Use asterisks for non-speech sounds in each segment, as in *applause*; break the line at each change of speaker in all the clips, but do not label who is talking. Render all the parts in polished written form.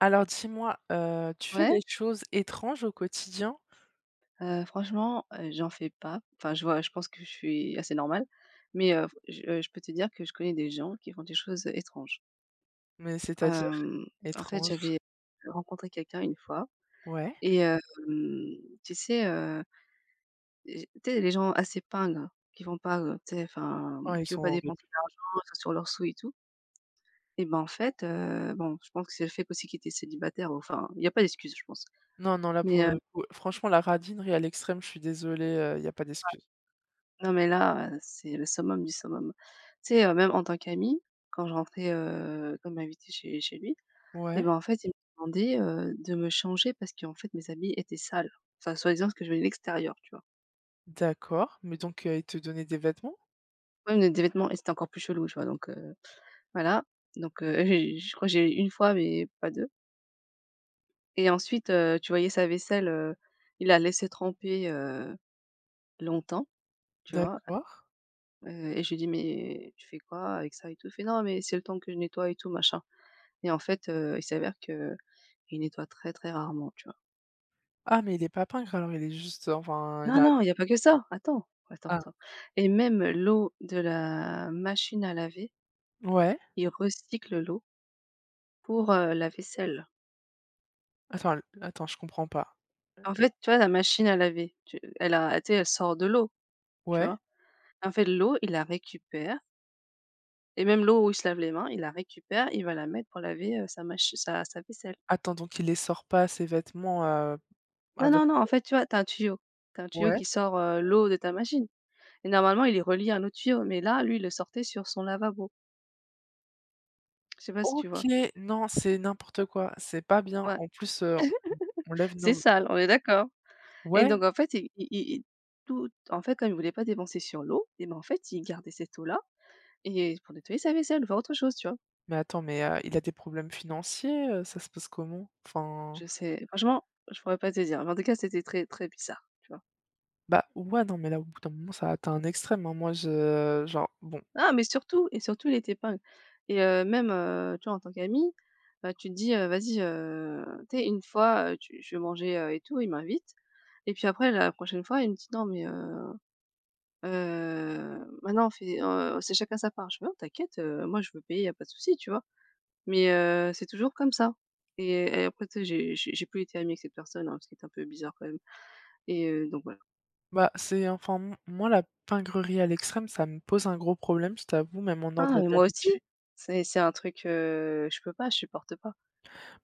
Alors dis-moi, tu fais
Ouais,
des choses étranges au quotidien?
franchement, j'en fais pas. Enfin, je pense que je suis assez normale, mais je peux te dire que je connais des gens qui font des choses étranges.
Mais c'est-à-dire
Hem, En fait,
étranges?
j'avais rencontré quelqu'un une fois
Ouais.
et tu sais, j tu sais, les gens assez pingres qui vont pas, tu sais, enfin,
Oh, ils
qui veulent
sont
pas
horribles.
dépenser d'argent, ils sont sur leurs sous et tout. Et ben, en fait, bon, je pense que c'est le fait qu'aussi qu'ils étaient célibataires. Enfin, il y a pas d'excuse, je pense.
Non, non, là,
mais
pour le coup, franchement, la radinerie à l'extrême, je suis désolée, il y a pas d'excuse.
Non mais là, c'est le summum du summum. Tu sais, même en tant qu'amie, quand je rentrais, comme invitée chez lui et
Ouais,
ben, en fait, il me demandait, de me changer parce qu'en fait, mes habits étaient sales. Enfin, soi-disant parce que je venais de l'extérieur, tu vois?
d'accord, mais donc, il te donnait des vêtements?
Même des vêtements, et c'était encore plus chelou, tu vois? Donc voilà, donc *laughs* j'ai je crois que j'ai eu 1 fois mais pas 2. Et ensuite, tu voyais sa vaisselle, il la laissait tremper, longtemps, tu vois?
D'accord.
Et je lui dis: «Mais tu fais quoi avec ça et tout?» Il fait: «Non, mais c'est le temps que je nettoie et tout machin». Et en fait, il s'avère que il nettoie très, très rarement, tu vois?
Ah, mais il est pas pingre, alors il est juste, enfin, il
Non,
a
non, il n'y a pas que ça, attends, attends,
ah,
attends. Et même l'eau de la machine à laver,
ouais.
il recycle l'eau pour, la vaisselle.
Attends, je comprends pas.
En fait, tu vois, la machine à laver, tu sais, elle sort de l'eau, tu
Ouais.
vois? En fait, l'eau, il la récupère, et même l'eau où il se lave les mains, il la récupère, il va la mettre pour laver, sa mach sa sa vaisselle.
Attends, donc il les sort pas, ses vêtements,
Non,
avec
non, non, en fait, tu vois, t'as un tuyau.
ouais.
Qui sort, l'eau de ta machine et normalement, il est relié à un autre tuyau, mais là, lui, il le sortait sur son lavabo. Je sais pas si tu vois?
OK, non, c'est n'importe quoi, c'est pas bien.
Ouais,
En plus, on lève
c'est
nos.
sale, on est d'accord. Et
Ouais,
donc en fait, comme il voulait pas dépenser sur l'eau, et ben, en fait, il gardait cette eau-là et pour nettoyer sa vaisselle ou faire autre chose, tu vois?
mais attends, mais il a des problèmes financiers, ça se passe comment? Enfin,
Je sais, franchement, je pourrais pas te dire, mais en tout cas, c'était très, très bizarre, tu vois?
bah, ouais, non, mais là, au bout d'un moment, ça atteint un extrême, hein. Moi, je genre, bon,
Ah, mais surtout et surtout il était tépingles, et même, tu vois, en tant qu'ami, bah, tu te dis, «Vas-y, tu sais, une fois, tu je vais manger, et tout», il m'invite, et puis après la prochaine fois, il me dit: «Non mais maintenant on fait, c'est chacun sa part». Je fais: «Non, t'inquiète, moi je veux payer, y a pas de souci», tu vois? Mais c'est toujours comme ça. Et après, tu sais, j'ai plus été amie avec cette personne, hein, parce qu'elle était un peu bizarre quand même, et donc voilà.
bah, c'est enfin, m moi, la pingrerie à l'extrême, ça me pose un gros problème, je t'avoue, même en
Ah,
ordre
mais moi aussi,
d'amitié.
c'est un truc, je peux pas, je supporte pas.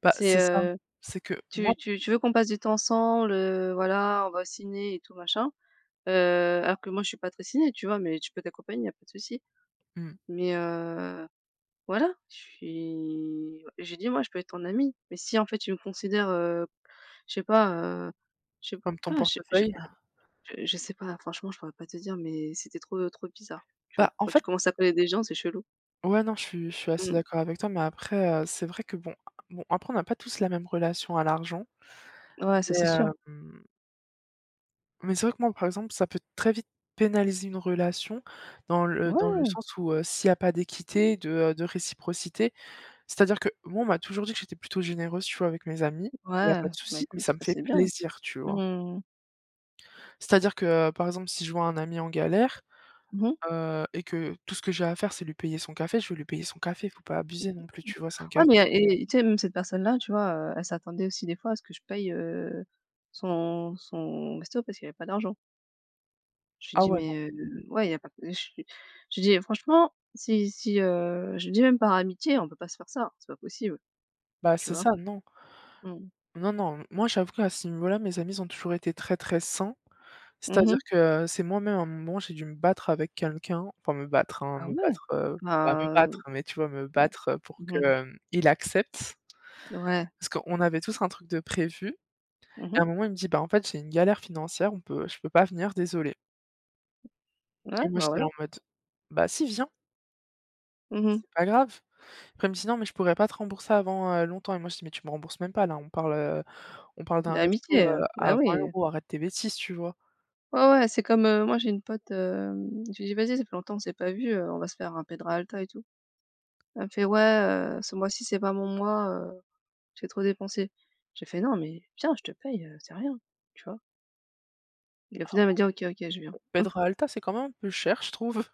Bah,
C'est,
c'est ça,
heu
c'est que moi
tu veux qu'on passe du temps ensemble, voilà, on va au ciné et tout machin. Heu, alors que moi je suis pas très ciné, tu vois? Mais tu peux t'accompagner, y a pas de souci.
mmh,
Mais, voilà, je suis j'ai dit: «Moi je peux être ton amie». Mais si en fait tu me considères, je sais pas, heu, je sais
comme ton
pas,
portefeuille.
je sais pas, franchement je pourrais pas te dire, mais c'était trop, trop bizarre, tu vois?
Bah, en
Quand tu
fait
commences à connaître des gens, c'est chelou.
ouais, non, je suis assez
Mmh.
d'accord avec toi, mais après, c'est vrai que bon, après, on n'a pas tous la même relation à l'argent,
Ouais,
mais
ça c'est sûr.
hem mais c'est vrai que moi, par exemple, ça peut très vite pénaliser une relation dans le
Ouais,
sens où, s'il y a pas d'équité, de réciprocité, c'est-à-dire que moi, on m'a toujours dit que j'étais plutôt généreuse, tu vois, avec mes amis. Il y a
ouais,
pas de
bah
souci, mais
écoute,
ça me
ça
fait
c'est bien.
plaisir, tu vois?
Mmh.
C'est-à-dire que, par exemple, si je vois un ami en galère,
Mmh.
et que tout ce que j'ai à faire, c'est lui payer son café, je vais lui payer son café, faut pas abuser non plus, tu vois? C'est un
Ouais,
café.
mais et tu sais, même cette personne-là, tu vois, elle s'attendait aussi des fois à ce que je paye, son son resto parce qu'il avait pas d'argent. Je lui
Ah
dis:
ouais, non,
«Mais, ouais, il y a pas». Lui je lui dis: «Franchement, si si,» je lui dis: «Même par amitié, on peut pas se faire ça, c'est pas possible»,
bah,
tu
c'est
vois?
ça, non.
Mmh.
Non, non, moi, j'avoue qu'à ce niveau-là, mes amis, ils ont toujours été très, très sains. C'est-à-dire
Mmh.
que c'est moi-même, à un moment, j'ai dû me battre avec quelqu'un, enfin me battre, hein,
Ah
me
ouais?
battre, pas me
Bah,
battre, mais tu vois, me
bon.
battre, pour
Mmh.
que, il accepte.
Ouais.
Parce qu'on avait tous un truc de prévu et
Mmh.
à un moment, il me dit: «Bah, en fait, j'ai une galère financière, on peut je peux pas venir, désolé»
Ouais,
et moi,
bah,
j'étais
voilà.
là en mode: «Bah si, viens,
Mmh.
c'est pas grave». Après, il me dit: «Non, mais je pourrais pas te rembourser avant, longtemps» et moi, je dis: «Mais tu me rembourses même pas là, on parle d'un resto,
L'amitié,
à
bah,
20
oui.
euros arrête tes bêtises», tu vois?
Ouais, ouais, c'est comme, moi j'ai une pote, je lui dis: «Vas-y, ça fait longtemps on s'est pas vu, on va se faire un pedra Alta et tout». Elle me fait: «Ouais, ce mois-ci, c'est pas mon mois, j'ai trop dépensé». J'ai fait: «Non, mais viens, je te paye, c'est rien». Tu vois? Et au final, elle m'a dit: «OK, OK, je viens».
Pedra
*laughs*
Alta, c'est quand même un peu cher, je trouve.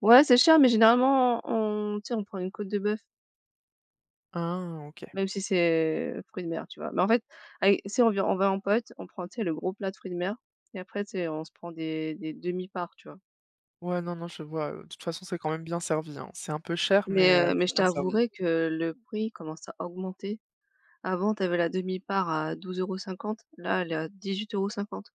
Ouais, c'est cher, mais généralement, on tu sais, on prend une côte de bœuf,
Ah OK.
même si c'est fruits de mer, tu vois? Mais en fait, avec tu sais, on va en pote, on prend, tu sais, le gros plat de fruits de mer, et après, tu sais, on se prend des demi-parts, tu vois?
Ouais, non, non, je vois, de toute façon, c'est quand même bien servi, hein. C'est un peu cher, mais
Mais heu, mais
c'est
je
bien servi.
t'avouerai que le prix commence à augmenter. Avant, tu avais la demi-part à 12,50 €, là, elle est à 18,50 €.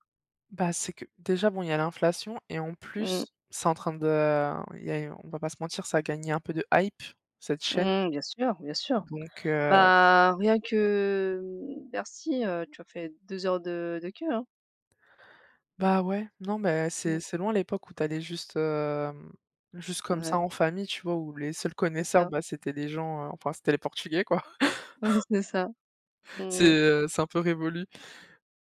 Bah, c'est que déjà, bon, il y a l'inflation et en plus, c'est en train de il y a on va pas se mentir, ça a gagné un peu de hype, cette chaîne,
Mmh, bien sûr, bien sûr.
donc
Bah, rien que, Bercy, tu as fait 2 heures de queue, hein.
bah, ouais, non, mais
Mmh,
c'est loin l'époque où t'allais juste comme
ouais,
ça en famille, tu vois? Où les seuls
c'est
connaisseurs,
ça. *laughs*
bah, c'était les gens, enfin, c'était les Portugais, quoi.
Ouais, c'est ça.
*laughs* C'est,
Mmh mh.
heu, c'est un peu révolu.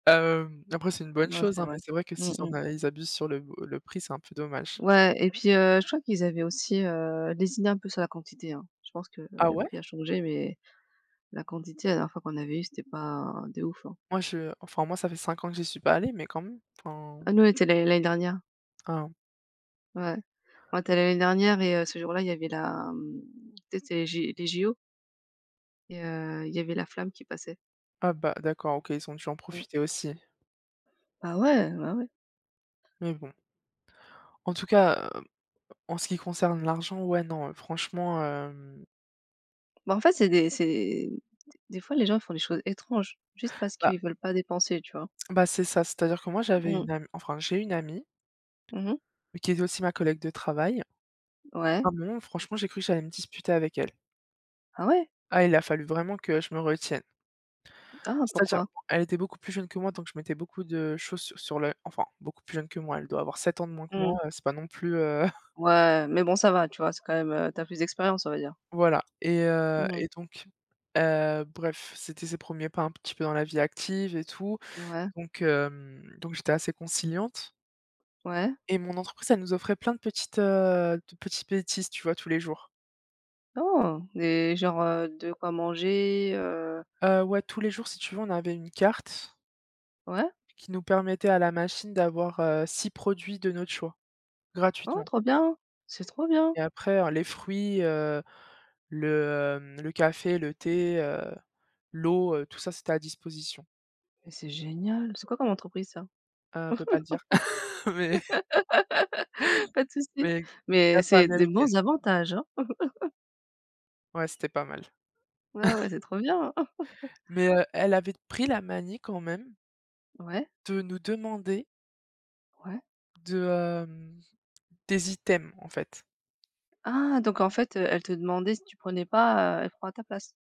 Après c'est une bonne
Non,
chose,
c'est
hein, mais
vrai.
c'est vrai que
Mmh
s'ils
mh.
en a ils abusent sur le prix, c'est un peu dommage.
Ouais, et puis, je crois qu'ils avaient aussi, lésiné un peu sur la quantité, hein. Je pense que
Ah
le
ouais?
prix a changé, mais la quantité, la dernière fois qu'on avait eu, c'était pas de ouf, hein.
Moi je enfin moi ça fait 5 ans que j'y suis pas allée, mais quand même, enfin
Ah nous, on était allés l'année dernière.
ah
Ouais. On était allés l'année dernière, et ce jour-là, il y avait la, tu sais, c'était les JO et il y avait la flamme qui passait.
ah bah d'accord, OK, ils ont dû en
Mmh.
profiter aussi.
Bah ouais, bah ouais.
Mais bon, en tout cas, en ce qui concerne l'argent, ouais non, franchement,
Bah, en fait, c'est des fois, les gens, ils font des choses étranges, juste parce
bah
qu'ils veulent pas dépenser, tu vois?
c'est ça, c'est-à-dire que moi
Mmh.
j'ai une amie,
Mmh.
mais qui était aussi ma collègue de travail.
Ouais.
À un moment, franchement, j'ai cru que j'allais me disputer avec elle.
Ah ouais?
Ah il a fallu vraiment que je me retienne.
Ah,
C'est-à-dire,
pourquoi?
elle était beaucoup plus jeune que moi, donc je mettais beaucoup de choses sur le enfin beaucoup plus jeune que moi, elle doit avoir 7 ans de moins que
Mmh.
moi, c'est pas non plus.
Ouais, mais bon, ça va, tu vois? C'est quand même, tu plus d'expérience, on va dire.
Voilà et heu
Mmh.
et donc bref, c'était ses premiers pas un petit peu dans la vie active et tout,
Ouais,
donc j'étais assez conciliante
ouais.
et mon entreprise, elle nous offrait plein de petites, de petites bêtises, tu vois, tous les jours.
Oh! Des Genre, de quoi manger,
Ouais, tous les jours, si tu veux, on avait une carte
ouais?
qui nous permettait à la machine d'avoir, 6 produits de notre choix,
Oh,
gratuitement
trop bien! C'est trop bien!
et après, les fruits, le café, le thé, l'eau, tout ça, c'était à disposition.
Mais c'est génial! C'est quoi comme entreprise, ça?
On peut pas le dire, *laughs* mais
*laughs* Pas de souci.
mais
Mais
gaffe à
c'est des
américaine.
bons avantages, hein?
Ouais, c'était pas mal.
Ouais, ouais, c'est trop bien! *laughs*
Mais, elle avait pris la manie quand même
Ouais,
de nous demander
ouais.
de, hem, des items, en fait.
Ah donc en fait, elle te demandait si tu prenais pas, elle prend à ta place?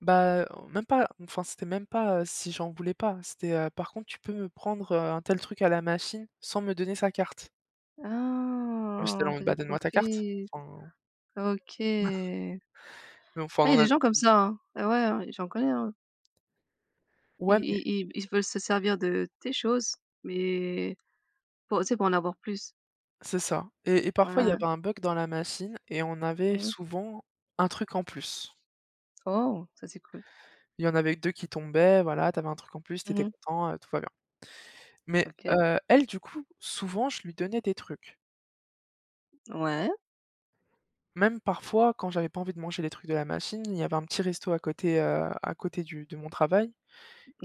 Bah, même pas enfin, c'était même pas, si j'en voulais pas, c'était, «Par contre, tu peux me prendre, un tel truc à la machine sans me donner sa carte». Moi, j'étais là
Ah!
en
Toi
mode:
tu
«Bah, donne-moi ta carte».
profites.
Enfin,
OK.
mais enfin,
Ah, il
on
y a
en
des
a
gens comme ça, hein. Ah ouais, hein, j'en connais, hein. Ils
ouais, mais
ils ils veulent se servir de tes choses, mais pour tu sais, pour en avoir plus.
c'est ça et
Ouais,
parfois, il y
ouais.
avait un bug dans la machine et on avait
Mmh.
souvent un truc en plus.
Oh! Ça c'est cool.
Il y en avait que 2 qui tombaient, voilà, t'avais un truc en plus, t'étais
Mmh.
content, tout va bien. Mais,
OK.
elle, du coup, souvent, je lui donnais des trucs.
Ouais.
Même parfois, quand j'avais pas envie de manger les trucs de la machine, il y avait un petit resto à côté du de mon travail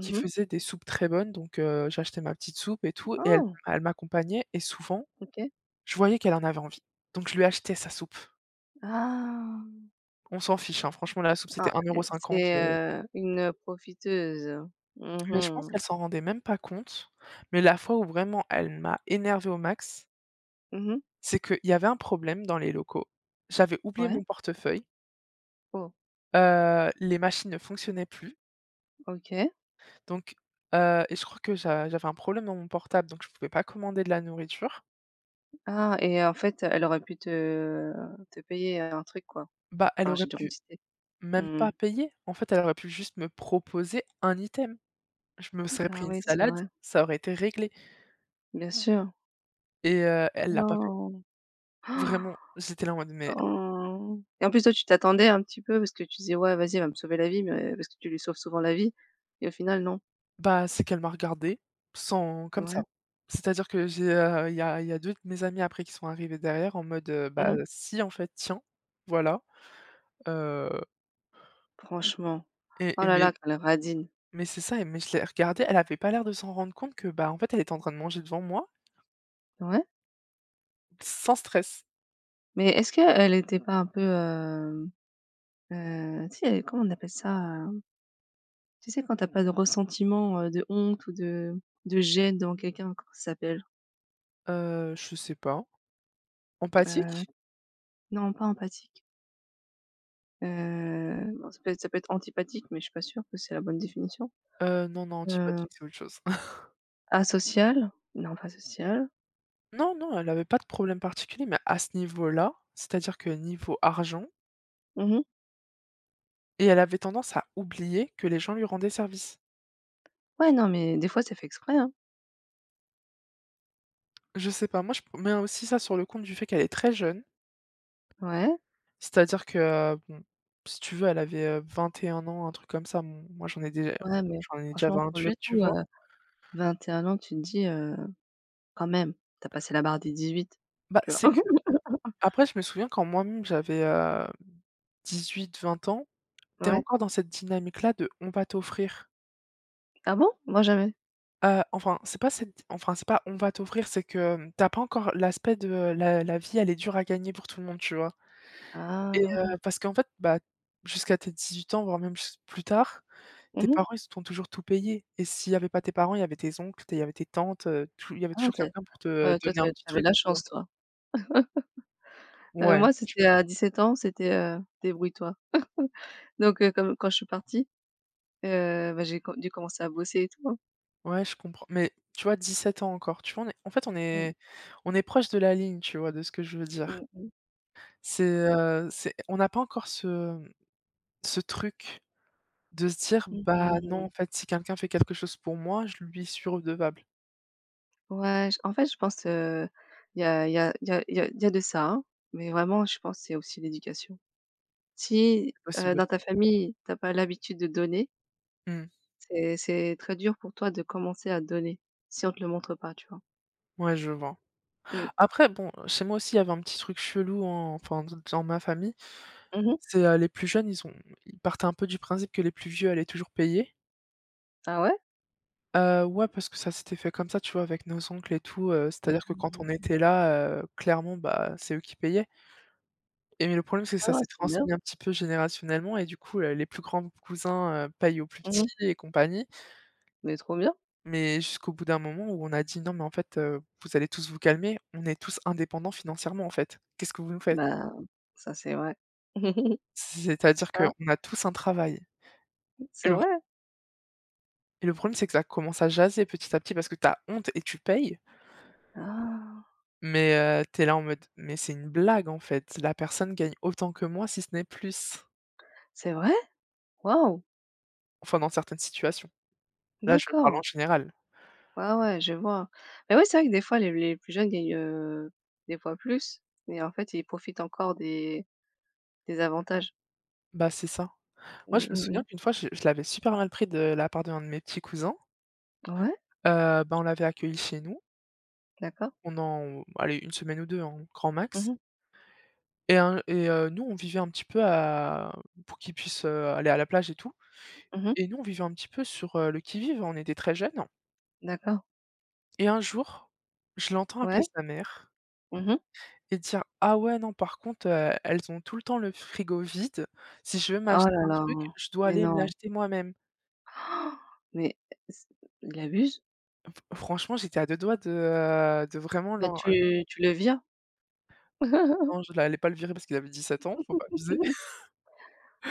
qui faisait des soupes très bonnes, donc j'achetais ma petite soupe et tout et elle
Oh!
elle m'accompagnait et souvent,
OK.
je voyais qu'elle en avait envie. Donc je lui achetais sa soupe.
Ah!
On s'en fiche, hein, franchement, la soupe, c'était
Ah,
1,50
c'est,
€,
une profiteuse. Mmh
mais je pense
mh.
qu'elle s'en rendait même pas compte. Mais la fois où vraiment elle m'a énervée au max,
Mmh.
c'est qu'il y avait un problème dans les locaux. J'avais oublié
Ouais.
mon portefeuille.
Oh!
Les machines ne fonctionnaient plus,
OK.
donc et je crois que j'avais un problème dans mon portable, donc je pouvais pas commander de la nourriture.
Ah, et en fait, elle aurait pu te payer un truc quoi,
Bah, elle
par
aurait pu
générosité.
même
Mmh.
pas payer. En fait, elle aurait pu juste me proposer un item. Je me serais pris
Ah
une
oui, c'est
salade,
vrai,
ça aurait été réglé
bien sûr.
et
Oh
elle l'a pas fait.
non! *gasps* Ah,
Vraiment, j'étais là en mode: «Mais»
oh! Et en plus, toi, tu t'attendais un petit peu parce que tu disais: «Ouais, vas-y, elle va me sauver la vie», mais parce que tu lui sauves souvent la vie, et au final, non.
bah, c'est qu'elle m'a regardé sans comme
Ouais.
ça. C'est-à-dire que j'ai, il y a 2 de mes amis après qui sont arrivés derrière en mode, «Bah
Mmh.
si, en fait, tiens, voilà». Heu
Franchement.
et
Oh
et
là
mais
là, quelle radine.
Mais c'est ça et mais je l'ai regardée, elle avait pas l'air de s'en rendre compte que, bah, en fait, elle était en train de manger devant moi,
Ouais,
sans stress.
mais est-ce qu'elle était pas un peu, tu sais, comment on appelle ça, Tu sais, quand t'as pas de ressentiment, de honte ou de gêne devant quelqu'un, comment ça s'appelle?
Je sais pas.
Heu
Empathique?
Non, pas empathique. Bon, ça peut être antipathique, mais je suis pas sûre que c'est la bonne définition.
Non, non,
Heu,
antipathique, c'est autre chose. *laughs*
Asocial? Non, pas social.
Non, non, elle avait pas de problème particulier, mais à ce niveau-là, c'est-à-dire que niveau argent
Mmh.
et elle avait tendance à oublier que les gens lui rendaient service.
Ouais, non, mais des fois, c'est fait exprès, hein.
Je sais pas, moi, je p mets aussi ça sur le compte du fait qu'elle est très jeune,
Ouais,
c'est-à-dire que, bon, si tu veux, elle avait, 21 ans, un truc comme ça. M Moi,
ouais, mais
j'en ai déjà
franchement, pour le
28, tu
coup,
vois?
21 ans, tu te dis, «Quand même, t'as passé la barre des 18.
Bah,
Tu vois?»
c'est que
*laughs*
après, je me souviens quand moi-même j'avais, 18, 20 ans. T'es
Ouais.
encore dans cette dynamique-là de «on va t'offrir».
Ah bon? Moi, jamais.
C'est pas «on va t'offrir», c'est que, t'as pas encore l'aspect de la vie elle est dure à gagner pour tout le monde, tu vois? Et
Ah.
parce qu'en fait, bah, jusqu'à tes 18 ans, voire même jus plus tard, tes
Mmh.
parents, ils se t'ont toujours tout payé et s'il y avait pas tes parents, il y avait tes oncles, il y avait tes tantes, tou il y avait
Ah,
toujours
tu es
quelqu'un pour te
toi,
donner un
t'avais
petit
avais de
truc,
la
tu vois?
chance, toi.
Ouais.
Moi, c'était à 17 ans, c'était, «Débrouille-toi». Donc comme quand je suis partie, bah, j'ai com dû commencer à bosser et tout, hein.
Ouais, je comprends. Mais tu vois, 17 ans encore, tu vois? On est en fait, on
Mmh,
est on est proche de la ligne, tu vois, de ce que je veux dire.
mmh mh.
C'est on n'a pas encore ce truc de se dire:
Mmh
«Bah, non,
mh.
en fait, si quelqu'un fait quelque chose pour moi, je lui suis redevable».
Ouais, j en fait, je pense, il y a il y a il y a il y a y a de ça, hein, mais vraiment, je pense, que c'est aussi l'éducation. Si,
C'est possible
dans
aussi.
ta famille, t'as pas l'habitude de donner,
Mmh.
c'est très dur pour toi de commencer à donner, si on te le montre pas, tu vois?
Ouais, je vois.
Mmh.
Après, bon, chez moi aussi, il y avait un petit truc chelou, en enfin, d dans ma famille.
Mmh.
Les plus jeunes, ils partaient un peu du principe que les plus vieux allaient toujours payer.
Ah ouais?
Ouais, parce que ça s'était fait comme ça, tu vois, avec nos oncles et tout, c'est-à-dire que quand on
Mmh.
était là, clairement, bah, c'est eux qui payaient et mais le problème, c'est que
Ah
ça
ouais,
s'est
c'est bien.
transmis un petit peu générationnellement et du coup, les plus grands cousins, payent aux plus petits
Mmh.
et compagnie,
Mais trop bien.
mais jusqu'au bout d'un moment où on a dit: «Non, mais en fait, vous allez tous vous calmer, on est tous indépendants financièrement, en fait. Qu'est-ce que vous nous faites?»
Bah, ça, c'est vrai. *laughs*
C'est-à-dire
Ça,
qu'on a tous un travail et
c'est
le
vrai?
et le problème, c'est que ça commence à jaser petit à petit parce que tu as honte et tu payes.
Ah!
Mais tu là en mode: «Mais c'est une blague en fait, la personne gagne autant que moi, si ce n'est plus».
C'est vrai? Waouh!
Enfin dans certaines situations. Là, je parle en
D'accord.
général.
Ouais, ouais, je vois. Mais ouais, c'est vrai que des fois, les plus jeunes gagnent, des fois plus, et en fait, ils profitent encore des avantages.
Bah, c'est ça. Moi,
Mmh
je me
mh
souviens
mh.
qu'une fois, je l'avais super mal pris de la part d'un de mes petits cousins.
Ouais,
Bah, on l'avait accueilli chez nous
d'accord.
pendant, allez, une semaine ou 2 en grand
Mmh
max
mh.
et nous, on vivait un petit peu à pour qu'il puisse, aller à la plage et tout
Mmh.
et nous, on vivait un petit peu sur, le qui-vive, on était très jeunes
D'accord.
et un jour, je l'entends
Ouais.
appeler sa mère
Mmh.
et dire: «Ah ouais, non, par contre, elles ont tout le temps le frigo vide. Si je veux
Oh
m'acheter
là
un
là,
truc, je dois
mais
aller me
non,
l'acheter moi-même».
mais c il abuse.
F franchement, j'étais à 2 doigts de vraiment
Bah,
l'en
tu le vires. *laughs*
non, je l'allais pas le virer parce qu'il avait 7 ans, faut pas abuser. *laughs*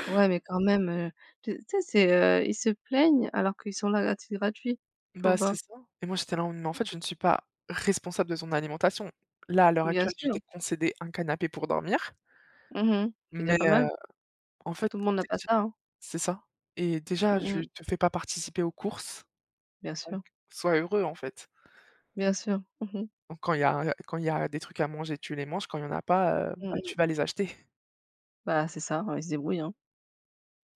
Ouais, mais quand même, tu sais, c'est, ils se plaignent alors qu'ils sont là à gratuit. Tu
Bah, c'est
vois?
ça et moi, j'étais là: «Mais en fait, je ne suis pas responsable de ton alimentation». Là, à l'heure
Bien
actuelle, je
sûr.
t'ai concédé un canapé pour dormir,
Mmh. C'est déjà
mais
pas mal.
en fait,
Tout le monde n'a pas
déjà
ça, hein.
c'est ça et déjà, je
Mmh.
te fais pas participer aux courses,
Bien
donc
sûr,
sois heureux, en fait.
bien sûr. Mmh.
Donc quand il y a des trucs à manger, tu les manges, quand il y en a pas, bah,
Mmh.
tu vas les acheter.
Bah, c'est ça, ouais, ils se débrouillent, hein.